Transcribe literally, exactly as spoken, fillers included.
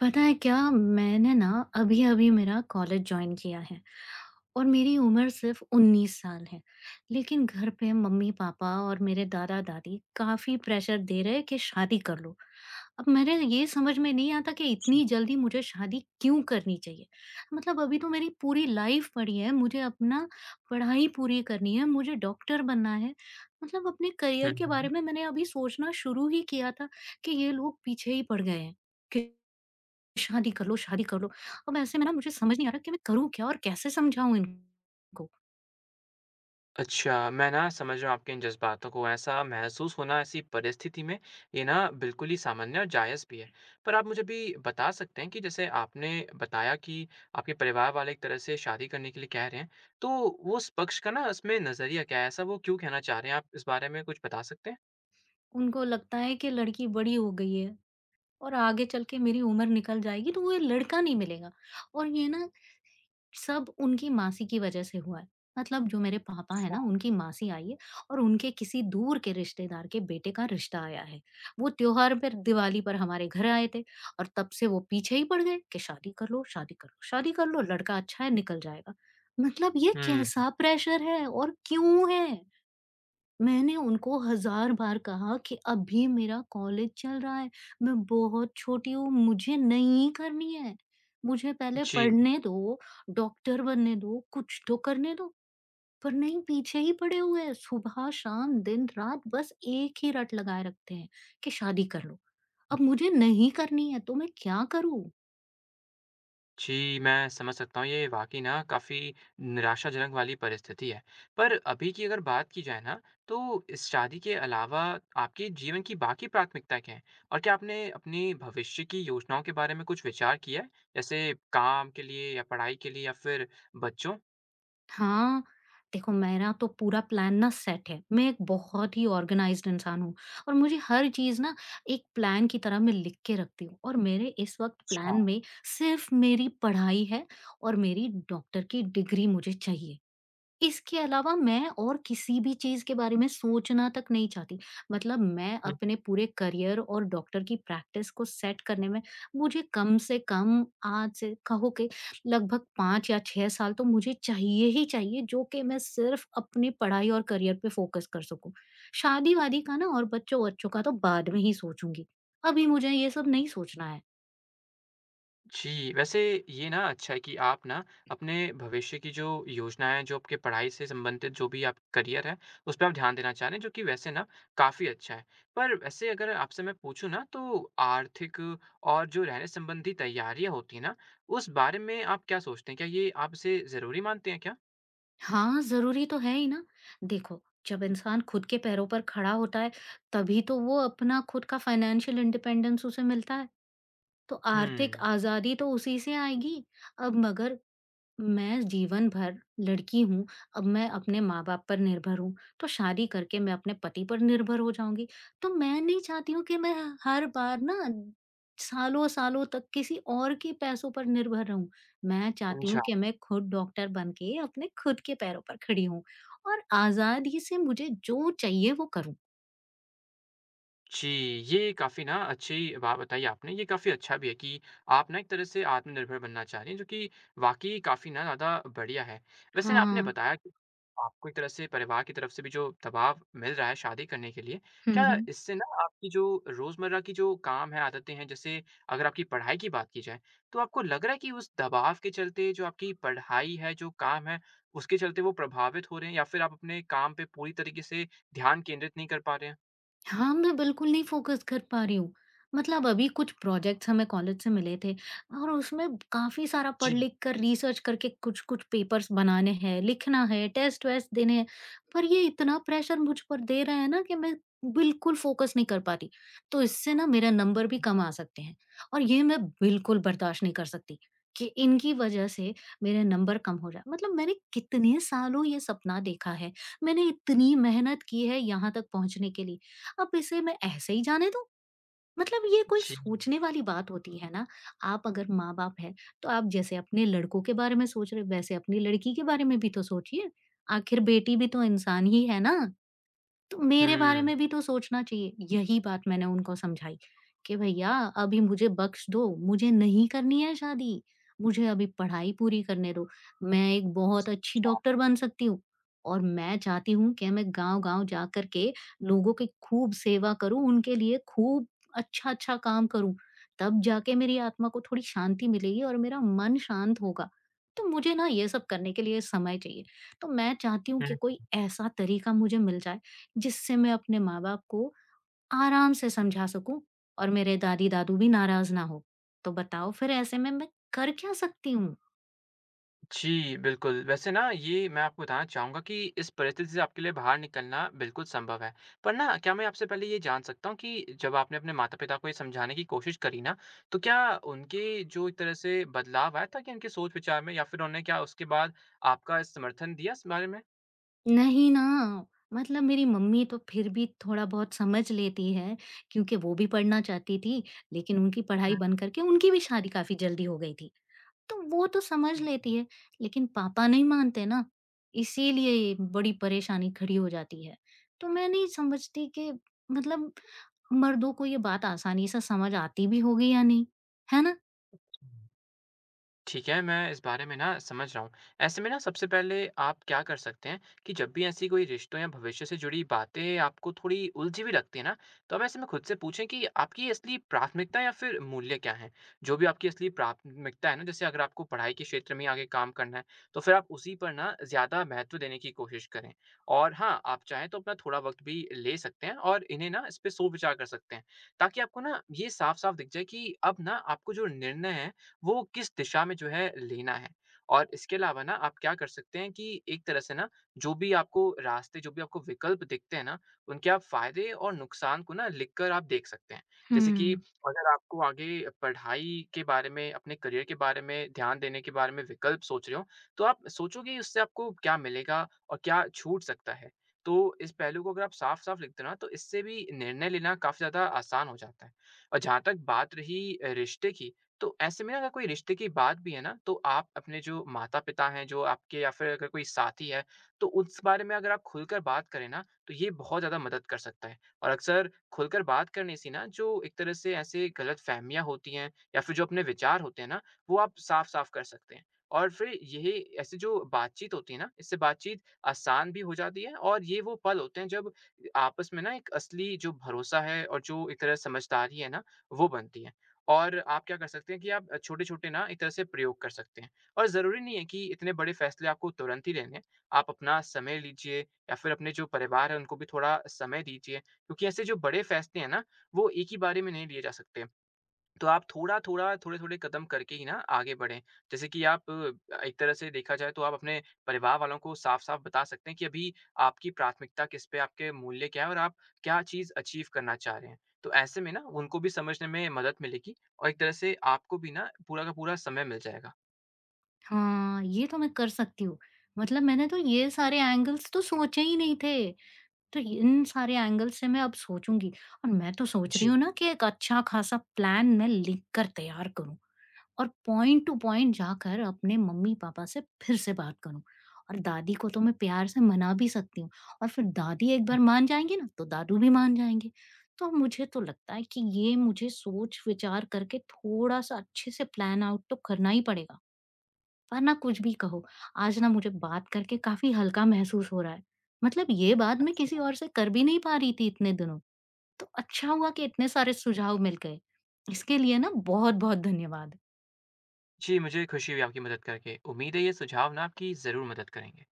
पता है क्या? मैंने ना अभी-अभी मेरा कॉलेज जॉइन किया है और मेरी उम्र सिर्फ़ उन्नीस साल है। लेकिन घर पे मम्मी-पापा और मेरे दादा-दादी काफ़ी प्रेशर दे रहे हैं कि शादी कर लो। अब मेरे ये समझ में नहीं आता कि इतनी जल्दी मुझे शादी क्यों करनी चाहिए? मतलब अभी तो मेरी पूरी लाइफ़ पड़ी है, मुझे अपना पढ़ाई पूरी करनी है, मुझे डॉक्टर बनना है। मतलब अपने हुँ, करियर के बारे हुँ। में मैंने अभी सोचना शुरू ही किया था कि ये लोग पीछे ही पड़ गए हैं। कि शादी कर लो, शादी कर लो। अब ऐसे में ना मुझे समझ नहीं आ रहा कि मैं करूँ क्या और कैसे समझाऊँ इनको? अच्छा, मैं ना समझ रहा हूँ आपके इन जज़्बातों को, ऐसा महसूस होना ऐसी परिस्थिति में ये ना बिल्कुल ही सामान्य और जायज़ भी है। पर आप मुझे भी बता सकते हैं कि जैसे आपने बताया कि आपके परिवार वाले एक तरह से शादी करने के लिए कह रहे हैं, तो वो उस पक्ष का ना इसमें नज़रिया क्या है? ऐसा वो क्यों कहना चाह रहे हैं? आप इस बारे में कुछ बता सकते हैं? उनको लगता है कि लड़की बड़ी हो गई है और आगे चल के मेरी उम्र निकल जाएगी, तो वो ये लड़का नहीं मिलेगा। और ये ना सब उनकी मासी की वजह से हुआ है। मतलब जो मेरे पापा है ना, उनकी मासी आई है और उनके किसी दूर के रिश्तेदार के बेटे का रिश्ता आया है। वो त्योहार पर, दिवाली पर हमारे घर आए थे और तब से वो पीछे ही पड़ गए कि शादी कर लो, शादी कर लो, शादी कर लो, लड़का अच्छा है निकल जाएगा। मतलब ये हुँ, कैसा प्रेशर है और क्यों है? मैंने उनको हज़ार बार कहा कि अभी मेरा कॉलेज चल रहा है, मैं बहुत छोटी हूँ, मुझे नहीं करनी है। मुझे पहले जी। पढ़ने दो, डॉक्टर बनने दो, कुछ तो करने दो। पर नहीं, पीछे ही पड़े हुए हैं। सुबह, शाम, दिन, रात बस एक ही रट लगाए रखते हैं कि शादी कर लो। अब मुझे नहीं करनी है, तो मैं क्या करूँ? जी, मैं समझ सकता हूँ ये वाक़ई ना काफ़ी निराशाजनक वाली परिस्थिति है। पर अभी की अगर बात की जाए ना तो इस शादी के अलावा आपके जीवन की बाकी प्राथमिकताएँ क्या हैं? और क्या आपने अपने भविष्य की योजनाओं के बारे में कुछ विचार किया है? जैसे काम के लिए या पढ़ाई के लिए या फिर बच्चों? हाँ, देखो, मेरा तो पूरा प्लान ना सेट है। मैं एक बहुत ही ऑर्गनाइज़्ड इंसान हूँ और मुझे हर चीज़ ना एक प्लान की तरह मैं लिख के रखती हूँ। और मेरे इस वक़्त अच्छा। प्लान में सिर्फ़ मेरी पढ़ाई है और मेरी डॉक्टर की डिग्री मुझे चाहिए। इसके अलावा मैं और किसी भी चीज़ के बारे में सोचना तक नहीं चाहती। मतलब मैं अपने पूरे करियर और डॉक्टर की प्रैक्टिस को सेट करने में, मुझे कम से कम आज से कहो कि लगभग पाँच या छह साल तो मुझे चाहिए ही चाहिए, जो कि मैं सिर्फ़ अपनी पढ़ाई और करियर पे फ़ोकस कर सकूँ। शादी-वादी का ना और बच्चों-वच्चों का तो बाद में ही सोचूँगी। अभी मुझे ये सब नहीं सोचना है। जी, वैसे ये ना अच्छा है कि आप ना अपने भविष्य की जो योजना है, जो आपके पढ़ाई से संबंधित जो भी आप करियर है, उस पे आप ध्यान देना चाह रहे हैं, जो कि वैसे ना काफ़ी अच्छा है। पर वैसे अगर आपसे मैं पूछूँ ना तो आर्थिक और जो रहने संबंधी तैयारियाँ होती हैं ना, उस बारे में आप क्या सोचते हैं? क्या ये आप इसे ज़रूरी मानते हैं क्या? हाँ, ज़रूरी तो है ही ना। देखो, जब इंसान खुद के पैरों पर खड़ा होता है, तभी तो वो अपना खुद का फाइनेंशियल इंडिपेंडेंस उसे मिलता है, तो आर्थिक हुँ, आज़ादी तो उसी से आएगी। अब मगर मैं जीवन भर लड़की हूँ, अब मैं अपने माँ-बाप पर निर्भर हूँ, तो शादी करके मैं अपने पति पर निर्भर हो जाऊँगी। तो मैं नहीं चाहती हूँ कि मैं हर बार ना सालों-सालों तक किसी और के पैसों पर निर्भर रहूँ। मैं चाहती समझा। हूँ कि मैं खुद डॉक्टर बन के अपने खुद के पैरों पर खड़ी हूँ और आज़ादी से मुझे जो चाहिए वो करूँ। जी, ये काफ़ी ना अच्छी बात बताई आपने। ये काफ़ी अच्छा भी है कि आप ना एक तरह से आत्मनिर्भर बनना चाह रही हैं, जो कि वाक़ई काफ़ी ना ज़्यादा बढ़िया है। वैसे ना आपने हाँ। बताया कि आपको एक तरह से परिवार की तरफ से भी जो दबाव मिल रहा है शादी करने के लिए, हुँ, क्या हुँ। इससे ना आपकी जो रोज़मर्रा की जो काम है, आदतें हैं, जैसे अगर आपकी पढ़ाई की बात की जाए, तो आपको लग रहा है कि उस दबाव के चलते जो आपकी पढ़ाई है, जो काम है, उसके चलते वो प्रभावित हो रहे हैं या फिर आप अपने काम पे पूरी तरीके से ध्यान केंद्रित नहीं कर पा रहे हैं? हाँ, मैं बिल्कुल नहीं फ़ोकस कर पा रही हूँ। मतलब अभी कुछ प्रोजेक्ट्स हमें कॉलेज से मिले थे और उसमें काफ़ी सारा जी। पढ़-लिख कर, रिसर्च करके कुछ-कुछ पेपर्स बनाने हैं, लिखना है, टेस्ट-वेस्ट देने हैं। पर ये इतना प्रेशर मुझ पर दे रहे हैं ना कि मैं बिल्कुल फ़ोकस नहीं कर पा रही। तो इससे ना मेरे नंबर भी कम आ सकते हैं और ये मैं बिल्कुल बर्दाश्त नहीं कर सकती कि इनकी वज़ह से मेरे नंबर कम हो जाए। मतलब मैंने कितने सालों ये सपना देखा है, मैंने इतनी मेहनत की है यहाँ तक पहुँचने के लिए। अब इसे मैं ऐसे ही जाने दूँ? मतलब ये कोई जी। सोचने वाली बात होती है ना, आप अगर माँ-बाप हैं, तो आप जैसे अपने लड़कों के बारे में सोच रहे हो, वैसे अपनी लड़की के बारे में भी तो सोचिए। आखिर बेटी भी तो इंसान ही है ना। तो मेरे बारे हुँ। में भी तो सोचना चाहिए। यही बात मैंने उनको समझाई कि भैया, अभी मुझे बख्श दो, मुझे नहीं करनी है शादी, मुझे अभी पढ़ाई पूरी करने दो। मैं एक बहुत अच्छी डॉक्टर बन सकती हूँ और मैं चाहती हूँ कि मैं गाँव-गाँव जा कर के लोगों की खूब सेवा करूँ, उनके लिए खूब अच्छा-अच्छा काम करूँ। तब जाके मेरी आत्मा को थोड़ी शांति मिलेगी और मेरा मन शांत होगा। तो मुझे ना ये सब करने के लिए समय चाहिए। तो मैं चाहती हूँ कि हुँ, कोई ऐसा तरीका मुझे मिल जाए, जिससे मैं अपने माँ-बाप को आराम से समझा सकूँ और मेरे दादी-दादू भी नाराज़ ना हो। तो बताओ फिर ऐसे में मैं कर क्या सकती हूँ? जी, बिल्कुल। वैसे ना ये मैं आपको बताना चाहूँगा कि इस परिस्थिति से आपके लिए बाहर निकलना बिल्कुल संभव है। पर ना क्या मैं आपसे पहले ये जान सकता हूँ कि जब आपने अपने माता-पिता को ये समझाने की कोशिश करी ना, तो क्या उनके जो एक तरह से बदलाव आया था कि उनके सोच-विचार में या फिर उन्होंने क्या उसके बाद आपका समर्थन दिया इस बारे में? नहीं ना, मतलब मेरी मम्मी तो फिर भी थोड़ा-बहुत समझ लेती है, क्योंकि वो भी पढ़ना चाहती थी, लेकिन उनकी पढ़ाई हुँ। बंद करके उनकी भी शादी काफ़ी जल्दी हो गई थी। तो वो तो समझ लेती है, लेकिन पापा नहीं मानते ना, इसीलिए बड़ी परेशानी खड़ी हो जाती है। तो मैं नहीं समझती कि मतलब मर्दों को ये बात आसानी से समझ आती भी होगी या नहीं, है ना? ठीक है, मैं इस बारे में ना समझ रहा हूँ। ऐसे में ना सबसे पहले आप क्या कर सकते हैं कि जब भी ऐसी कोई रिश्तों या भविष्य से जुड़ी बातें आपको थोड़ी उलझी हुई लगती है ना, तो आप ऐसे में खुद से पूछें कि आपकी असली प्राथमिकता या फिर मूल्य क्या हैं? जो भी आपकी असली प्राथमिकता है ना, जैसे अगर आपको पढ़ाई के क्षेत्र में आगे काम करना है, तो फिर आप उसी पर ना ज़्यादा महत्व देने की कोशिश करें। और हाँ, आप चाहें तो अपना थोड़ा वक़्त भी ले सकते हैं और इन्हें ना इस पे सोच-विचार कर सकते हैं, ताकि आपको ना ये साफ-साफ दिख जाए कि अब ना आपको जो निर्णय हैं, वो किस दिशा में जो है लेना है। और इसके अलावा ना आप क्या कर सकते हैं कि एक तरह से ना जो भी आपको रास्ते, जो भी आपको विकल्प दिखते हैं ना, उनके आप फ़ायदे और नुकसान को ना लिख कर आप देख सकते हैं। जैसे कि हुँ। अगर आपको आगे पढ़ाई के बारे में, अपने करियर के बारे में, ध्यान देने के बारे में विकल्प सोच रहे हो, तो आप सोचो कि उससे आपको क्या मिलेगा और क्या छूट सकता है। तो इस पहलू को अगर आप साफ-साफ लिख दो ना, तो इससे भी निर्णय लेना काफ़ी ज़्यादा आसान हो जाता है। और जहाँ तक बात रही अ, रिश्ते की, तो ऐसे में ना अगर कोई रिश्ते की बात भी है ना, तो आप अपने जो माता-पिता हैं, जो आपके, या फिर अगर कोई साथी है, तो उस बारे में अगर आप खुलकर बात करें ना, तो ये बहुत ज़्यादा मदद कर सकता है। और अक्सर खुलकर बात करने से ना, जो एक तरह से ऐसे गलतफ़हमियाँ होती हैं या फिर जो अपने विचार होते हैं ना, वो आप साफ-साफ कर सकते हैं। और फिर यही ऐसी जो बातचीत होती है ना, इससे बातचीत आसान भी हो जाती है, और ये वो पल होते हैं जब आपस में ना एक असली जो भरोसा है और जो एक तरह समझदारी है ना, वो बनती है। और आप क्या कर सकते हैं कि आप छोटे-छोटे ना एक तरह से प्रयोग कर सकते हैं। और ज़रूरी नहीं है कि इतने बड़े फैसले आपको तुरंत ही लेने हैं। आप अपना समय लीजिए, या फिर अपने जो परिवार है, उनको भी थोड़ा समय दीजिए, क्योंकि ऐसे जो बड़े फैसले हैं ना, वो एक ही बारे में नहीं लिए जा सकते। तो आप थोड़ा-थोड़ा, थोड़े-थोड़े कदम करके ही ना आगे बढ़ें। जैसे कि आप अ, एक तरह से देखा जाए, तो आप अपने परिवार वालों को साफ-साफ बता सकते हैं कि अभी आपकी प्राथमिकता किस पे, आपके मूल्य क्या हैं, और आप क्या चीज़ अचीव करना चाह रहे हैं। तो ऐसे में ना उनको भी समझने में मदद मिलेगी, और एक तरह से आपको भी ना पूरा का पूरा समय मिल जाएगा। हाँ, ये तो मैं कर सकती हूँ। मतलब मैंने तो ये सारे एंगल्स तो सोचे ही नहीं थे, तो इन सारे एंगल्स से मैं अब सोचूँगी और मैं तो सोच रही जी। हूँ ना कि एक अच्छा-खासा प्लान मैं लिख कर तैयार करूँ। और पॉइंट टू पॉइंट जाकर अपने मम्मी-पापा से फिर से बात करूँ। और दादी को तो मैं प्यार से मना भी सकती हूँ और फिर दादी एक बार मान जाएँगी ना, तो दादू भी मान जाएँगे। तो मुझे तो लगता है कि ये मुझे सोच-विचार करके थोड़ा-सा अच्छे से प्लान आउट तो करना ही पड़ेगा। वरना कुछ भी कहो, आज ना मुझे बात करके काफ़ी हल्का महसूस हो रहा है। मतलब ये बात मैं किसी और से कर भी नहीं पा रही थी इतने दिनों। तो अच्छा हुआ कि इतने सारे सुझाव मिल गए। इसके लिए ना बहुत-बहुत धन्यवाद। जी, मुझे खुशी हुई आपकी मदद करके। उम्मीद है ये सुझाव ना आपकी ज़रूर मदद करेंगे।